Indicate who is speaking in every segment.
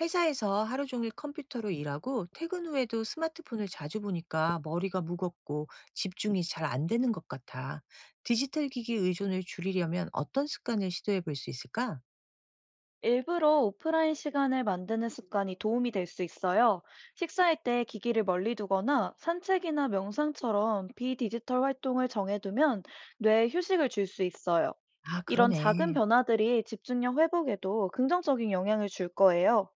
Speaker 1: 회사에서 하루 종일 컴퓨터로 일하고 퇴근 후에도 스마트폰을 자주 보니까 머리가 무겁고 집중이 잘 안 되는 것 같아. 디지털 기기 의존을 줄이려면 어떤 습관을 시도해 볼 수 있을까?
Speaker 2: 일부러 오프라인 시간을 만드는 습관이 도움이 될 수 있어요. 식사할 때 기기를 멀리 두거나 산책이나 명상처럼 비디지털 활동을 정해두면 뇌에 휴식을 줄 수 있어요.
Speaker 1: 아,
Speaker 2: 이런 작은
Speaker 1: 그러네.
Speaker 2: 변화들이 집중력 회복에도 긍정적인 영향을 줄 거예요.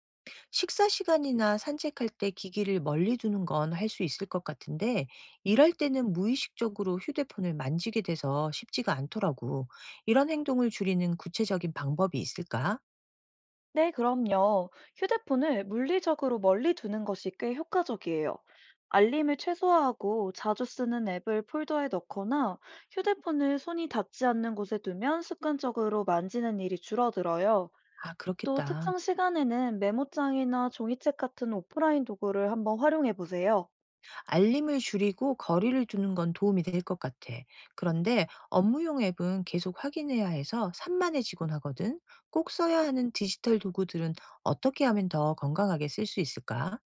Speaker 1: 식사 시간이나 산책할 때 기기를 멀리 두는 건 할 수 있을 것 같은데, 일할 때는 무의식적으로 휴대폰을 만지게 돼서 쉽지가 않더라고. 이런 행동을 줄이는 구체적인 방법이 있을까?
Speaker 2: 네, 그럼요. 휴대폰을 물리적으로 멀리 두는 것이 꽤 효과적이에요. 알림을 최소화하고 자주 쓰는 앱을 폴더에 넣거나 휴대폰을 손이 닿지 않는 곳에 두면 습관적으로 만지는 일이 줄어들어요.
Speaker 1: 아,
Speaker 2: 또
Speaker 1: 그렇겠다.
Speaker 2: 특정 시간에는 메모장이나 종이책 같은 오프라인 도구를 한번 활용해 보세요.
Speaker 1: 알림을 줄이고 거리를 두는 건 도움이 될 것 같아. 그런데 업무용 앱은 계속 확인해야 해서 산만해지곤 하거든. 꼭 써야 하는 디지털 도구들은 어떻게 하면 더 건강하게 쓸 수 있을까?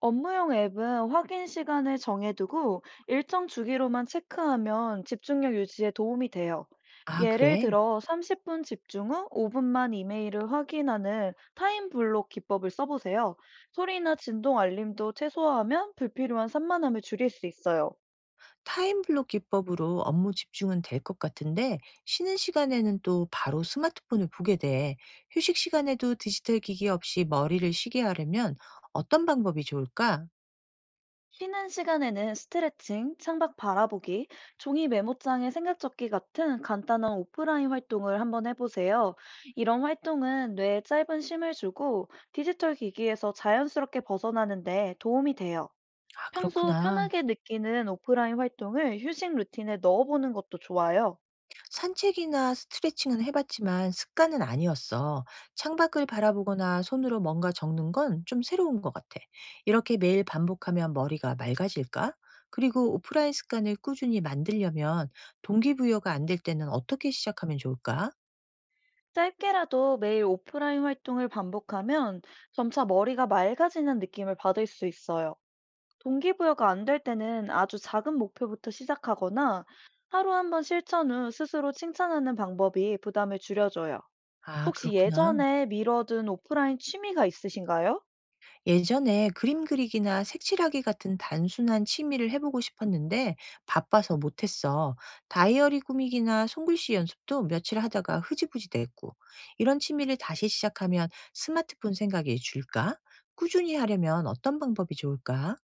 Speaker 2: 업무용 앱은 확인 시간을 정해두고 일정 주기로만 체크하면 집중력 유지에 도움이 돼요.
Speaker 1: 아,
Speaker 2: 예를
Speaker 1: 그래.
Speaker 2: 들어 30분 집중 후 5분만 이메일을 확인하는 타임 블록 기법을 써보세요. 소리나 진동 알림도 최소화하면 불필요한 산만함을 줄일 수 있어요.
Speaker 1: 타임블록 기법으로 업무 집중은 될 것 같은데 쉬는 시간에는 또 바로 스마트폰을 보게 돼. 휴식 시간에도 디지털 기기 없이 머리를 쉬게 하려면 어떤 방법이 좋을까?
Speaker 2: 쉬는 시간에는 스트레칭, 창밖 바라보기, 종이 메모장에 생각 적기 같은 간단한 오프라인 활동을 한번 해보세요. 이런 활동은 뇌에 짧은 쉼을 주고 디지털 기기에서 자연스럽게 벗어나는데 도움이 돼요.
Speaker 1: 아,
Speaker 2: 평소
Speaker 1: 그렇구나.
Speaker 2: 편하게 느끼는 오프라인 활동을 휴식 루틴에 넣어보는 것도 좋아요.
Speaker 1: 산책이나 스트레칭은 해봤지만 습관은 아니었어. 창밖을 바라보거나 손으로 뭔가 적는 건 좀 새로운 것 같아. 이렇게 매일 반복하면 머리가 맑아질까? 그리고 오프라인 습관을 꾸준히 만들려면 동기부여가 안 될 때는 어떻게 시작하면 좋을까?
Speaker 2: 짧게라도 매일 오프라인 활동을 반복하면 점차 머리가 맑아지는 느낌을 받을 수 있어요. 동기부여가 안 될 때는 아주 작은 목표부터 시작하거나 하루 한번 실천 후 스스로 칭찬하는 방법이 부담을 줄여줘요.
Speaker 1: 아,
Speaker 2: 혹시
Speaker 1: 그렇구나.
Speaker 2: 예전에 미뤄둔 오프라인 취미가 있으신가요?
Speaker 1: 예전에 그림 그리기나 색칠하기 같은 단순한 취미를 해보고 싶었는데 바빠서 못했어. 다이어리 꾸미기나 손글씨 연습도 며칠 하다가 흐지부지 됐고. 이런 취미를 다시 시작하면 스마트폰 생각이 줄까? 꾸준히 하려면 어떤 방법이 좋을까?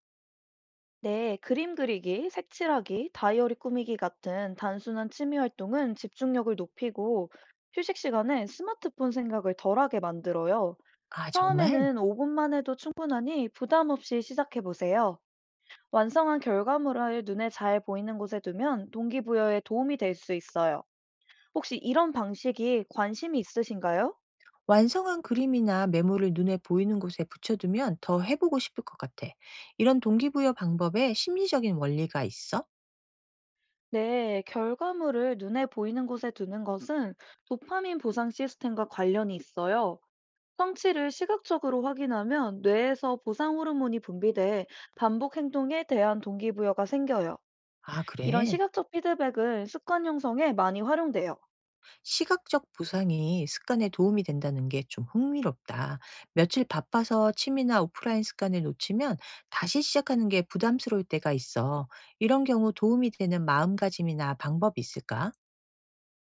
Speaker 2: 네, 그림 그리기, 색칠하기, 다이어리 꾸미기 같은 단순한 취미 활동은 집중력을 높이고 휴식 시간에 스마트폰 생각을 덜하게 만들어요.
Speaker 1: 아, 정말?
Speaker 2: 처음에는 5분만 해도 충분하니 부담 없이 시작해 보세요. 완성한 결과물을 눈에 잘 보이는 곳에 두면 동기부여에 도움이 될 수 있어요. 혹시 이런 방식이 관심이 있으신가요?
Speaker 1: 완성한 그림이나 메모를 눈에 보이는 곳에 붙여두면 더 해보고 싶을 것 같아. 이런 동기부여 방법에 심리적인 원리가 있어?
Speaker 2: 네, 결과물을 눈에 보이는 곳에 두는 것은 도파민 보상 시스템과 관련이 있어요. 성취를 시각적으로 확인하면 뇌에서 보상 호르몬이 분비돼 반복 행동에 대한 동기부여가 생겨요.
Speaker 1: 아,
Speaker 2: 이런
Speaker 1: 그래.
Speaker 2: 시각적 피드백은 습관 형성에 많이 활용돼요.
Speaker 1: 시각적 보상이 습관에 도움이 된다는 게 좀 흥미롭다. 며칠 바빠서 취미나 오프라인 습관을 놓치면 다시 시작하는 게 부담스러울 때가 있어. 이런 경우 도움이 되는 마음가짐이나 방법이 있을까?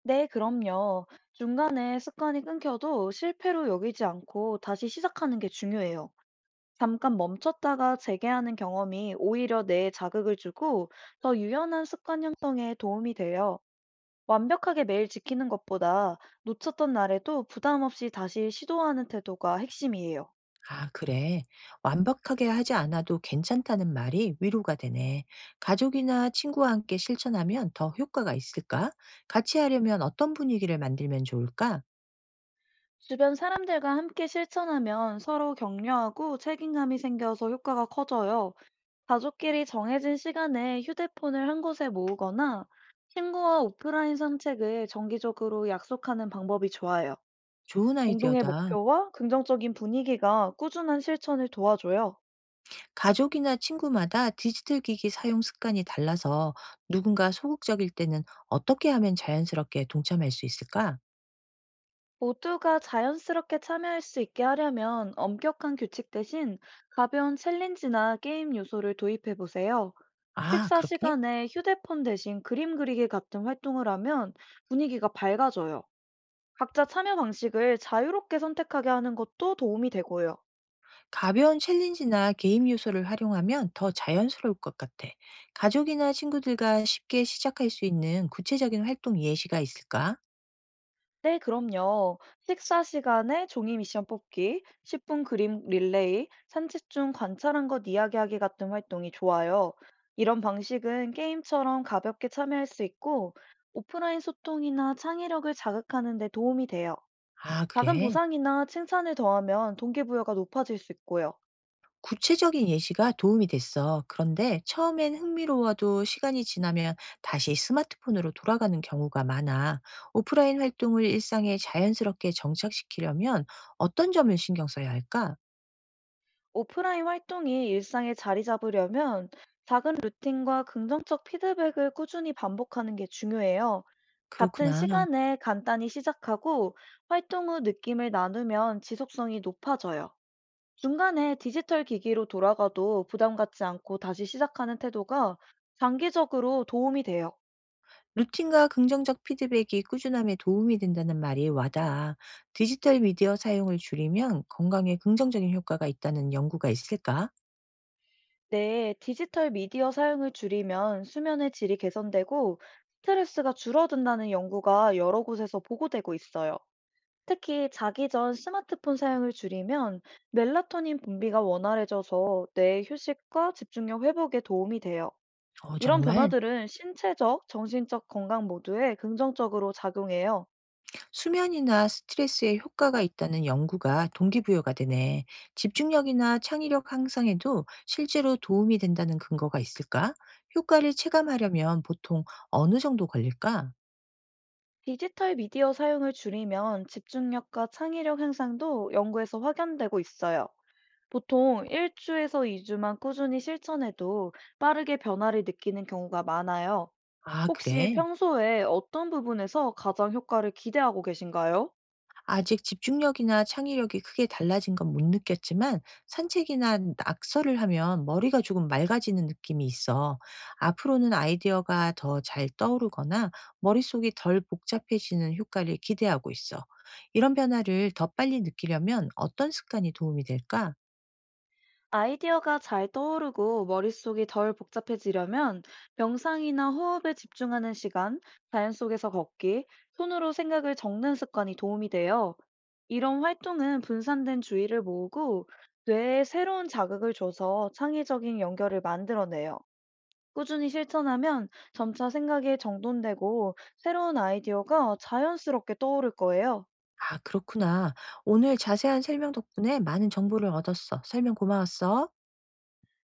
Speaker 2: 네, 그럼요. 중간에 습관이 끊겨도 실패로 여기지 않고 다시 시작하는 게 중요해요. 잠깐 멈췄다가 재개하는 경험이 오히려 뇌에 자극을 주고 더 유연한 습관 형성에 도움이 돼요. 완벽하게 매일 지키는 것보다 놓쳤던 날에도 부담 없이 다시 시도하는 태도가 핵심이에요.
Speaker 1: 아, 그래. 완벽하게 하지 않아도 괜찮다는 말이 위로가 되네. 가족이나 친구와 함께 실천하면 더 효과가 있을까? 같이 하려면 어떤 분위기를 만들면 좋을까?
Speaker 2: 주변 사람들과 함께 실천하면 서로 격려하고 책임감이 생겨서 효과가 커져요. 가족끼리 정해진 시간에 휴대폰을 한 곳에 모으거나 친구와 오프라인 산책을 정기적으로 약속하는 방법이 좋아요.
Speaker 1: 좋은
Speaker 2: 공동의
Speaker 1: 아이디어다.
Speaker 2: 목표와 긍정적인 분위기가 꾸준한 실천을 도와줘요.
Speaker 1: 가족이나 친구마다 디지털 기기 사용 습관이 달라서 누군가 소극적일 때는 어떻게 하면 자연스럽게 동참할 수 있을까?
Speaker 2: 모두가 자연스럽게 참여할 수 있게 하려면 엄격한 규칙 대신 가벼운 챌린지나 게임 요소를 도입해 보세요.
Speaker 1: 아,
Speaker 2: 식사
Speaker 1: 그렇게?
Speaker 2: 시간에 휴대폰 대신 그림 그리기 같은 활동을 하면 분위기가 밝아져요. 각자 참여 방식을 자유롭게 선택하게 하는 것도 도움이 되고요.
Speaker 1: 가벼운 챌린지나 게임 요소를 활용하면 더 자연스러울 것 같아. 가족이나 친구들과 쉽게 시작할 수 있는 구체적인 활동 예시가 있을까?
Speaker 2: 네, 그럼요. 식사 시간에 종이 미션 뽑기, 10분 그림 릴레이, 산책 중 관찰한 것 이야기하기 같은 활동이 좋아요. 이런 방식은 게임처럼 가볍게 참여할 수 있고, 오프라인 소통이나 창의력을 자극하는 데 도움이 돼요.
Speaker 1: 아,
Speaker 2: 작은
Speaker 1: 그래.
Speaker 2: 보상이나 칭찬을 더하면 동기부여가 높아질 수 있고요.
Speaker 1: 구체적인 예시가 도움이 됐어. 그런데 처음엔 흥미로워도 시간이 지나면 다시 스마트폰으로 돌아가는 경우가 많아. 오프라인 활동을 일상에 자연스럽게 정착시키려면 어떤 점을 신경 써야 할까?
Speaker 2: 오프라인 활동이 일상에 자리 잡으려면 작은 루틴과 긍정적 피드백을 꾸준히 반복하는 게 중요해요. 같은
Speaker 1: 그렇구나.
Speaker 2: 시간에 간단히 시작하고 활동 후 느낌을 나누면 지속성이 높아져요. 중간에 디지털 기기로 돌아가도 부담 갖지 않고 다시 시작하는 태도가 장기적으로 도움이 돼요.
Speaker 1: 루틴과 긍정적 피드백이 꾸준함에 도움이 된다는 말이 와닿아. 디지털 미디어 사용을 줄이면 건강에 긍정적인 효과가 있다는 연구가 있을까?
Speaker 2: 네, 디지털 미디어 사용을 줄이면 수면의 질이 개선되고 스트레스가 줄어든다는 연구가 여러 곳에서 보고되고 있어요. 특히 자기 전 스마트폰 사용을 줄이면 멜라토닌 분비가 원활해져서 뇌의 휴식과 집중력 회복에 도움이 돼요.
Speaker 1: 어,
Speaker 2: 이런
Speaker 1: 정말?
Speaker 2: 변화들은 신체적, 정신적 건강 모두에 긍정적으로 작용해요.
Speaker 1: 수면이나 스트레스에 효과가 있다는 연구가 동기부여가 되네. 집중력이나 창의력 향상에도 실제로 도움이 된다는 근거가 있을까? 효과를 체감하려면 보통 어느 정도 걸릴까?
Speaker 2: 디지털 미디어 사용을 줄이면 집중력과 창의력 향상도 연구에서 확연되고 있어요. 보통 1주에서 2주만 꾸준히 실천해도 빠르게 변화를 느끼는 경우가 많아요.
Speaker 1: 아,
Speaker 2: 혹시
Speaker 1: 그래.
Speaker 2: 평소에 어떤 부분에서 가장 효과를 기대하고 계신가요?
Speaker 1: 아직 집중력이나 창의력이 크게 달라진 건 못 느꼈지만 산책이나 낙서를 하면 머리가 조금 맑아지는 느낌이 있어. 앞으로는 아이디어가 더 잘 떠오르거나 머릿속이 덜 복잡해지는 효과를 기대하고 있어. 이런 변화를 더 빨리 느끼려면 어떤 습관이 도움이 될까?
Speaker 2: 아이디어가 잘 떠오르고 머릿속이 덜 복잡해지려면 명상이나 호흡에 집중하는 시간, 자연 속에서 걷기, 손으로 생각을 적는 습관이 도움이 돼요. 이런 활동은 분산된 주의를 모으고 뇌에 새로운 자극을 줘서 창의적인 연결을 만들어내요. 꾸준히 실천하면 점차 생각에 정돈되고 새로운 아이디어가 자연스럽게 떠오를 거예요.
Speaker 1: 아, 그렇구나. 오늘 자세한 설명 덕분에 많은 정보를 얻었어. 설명 고마웠어.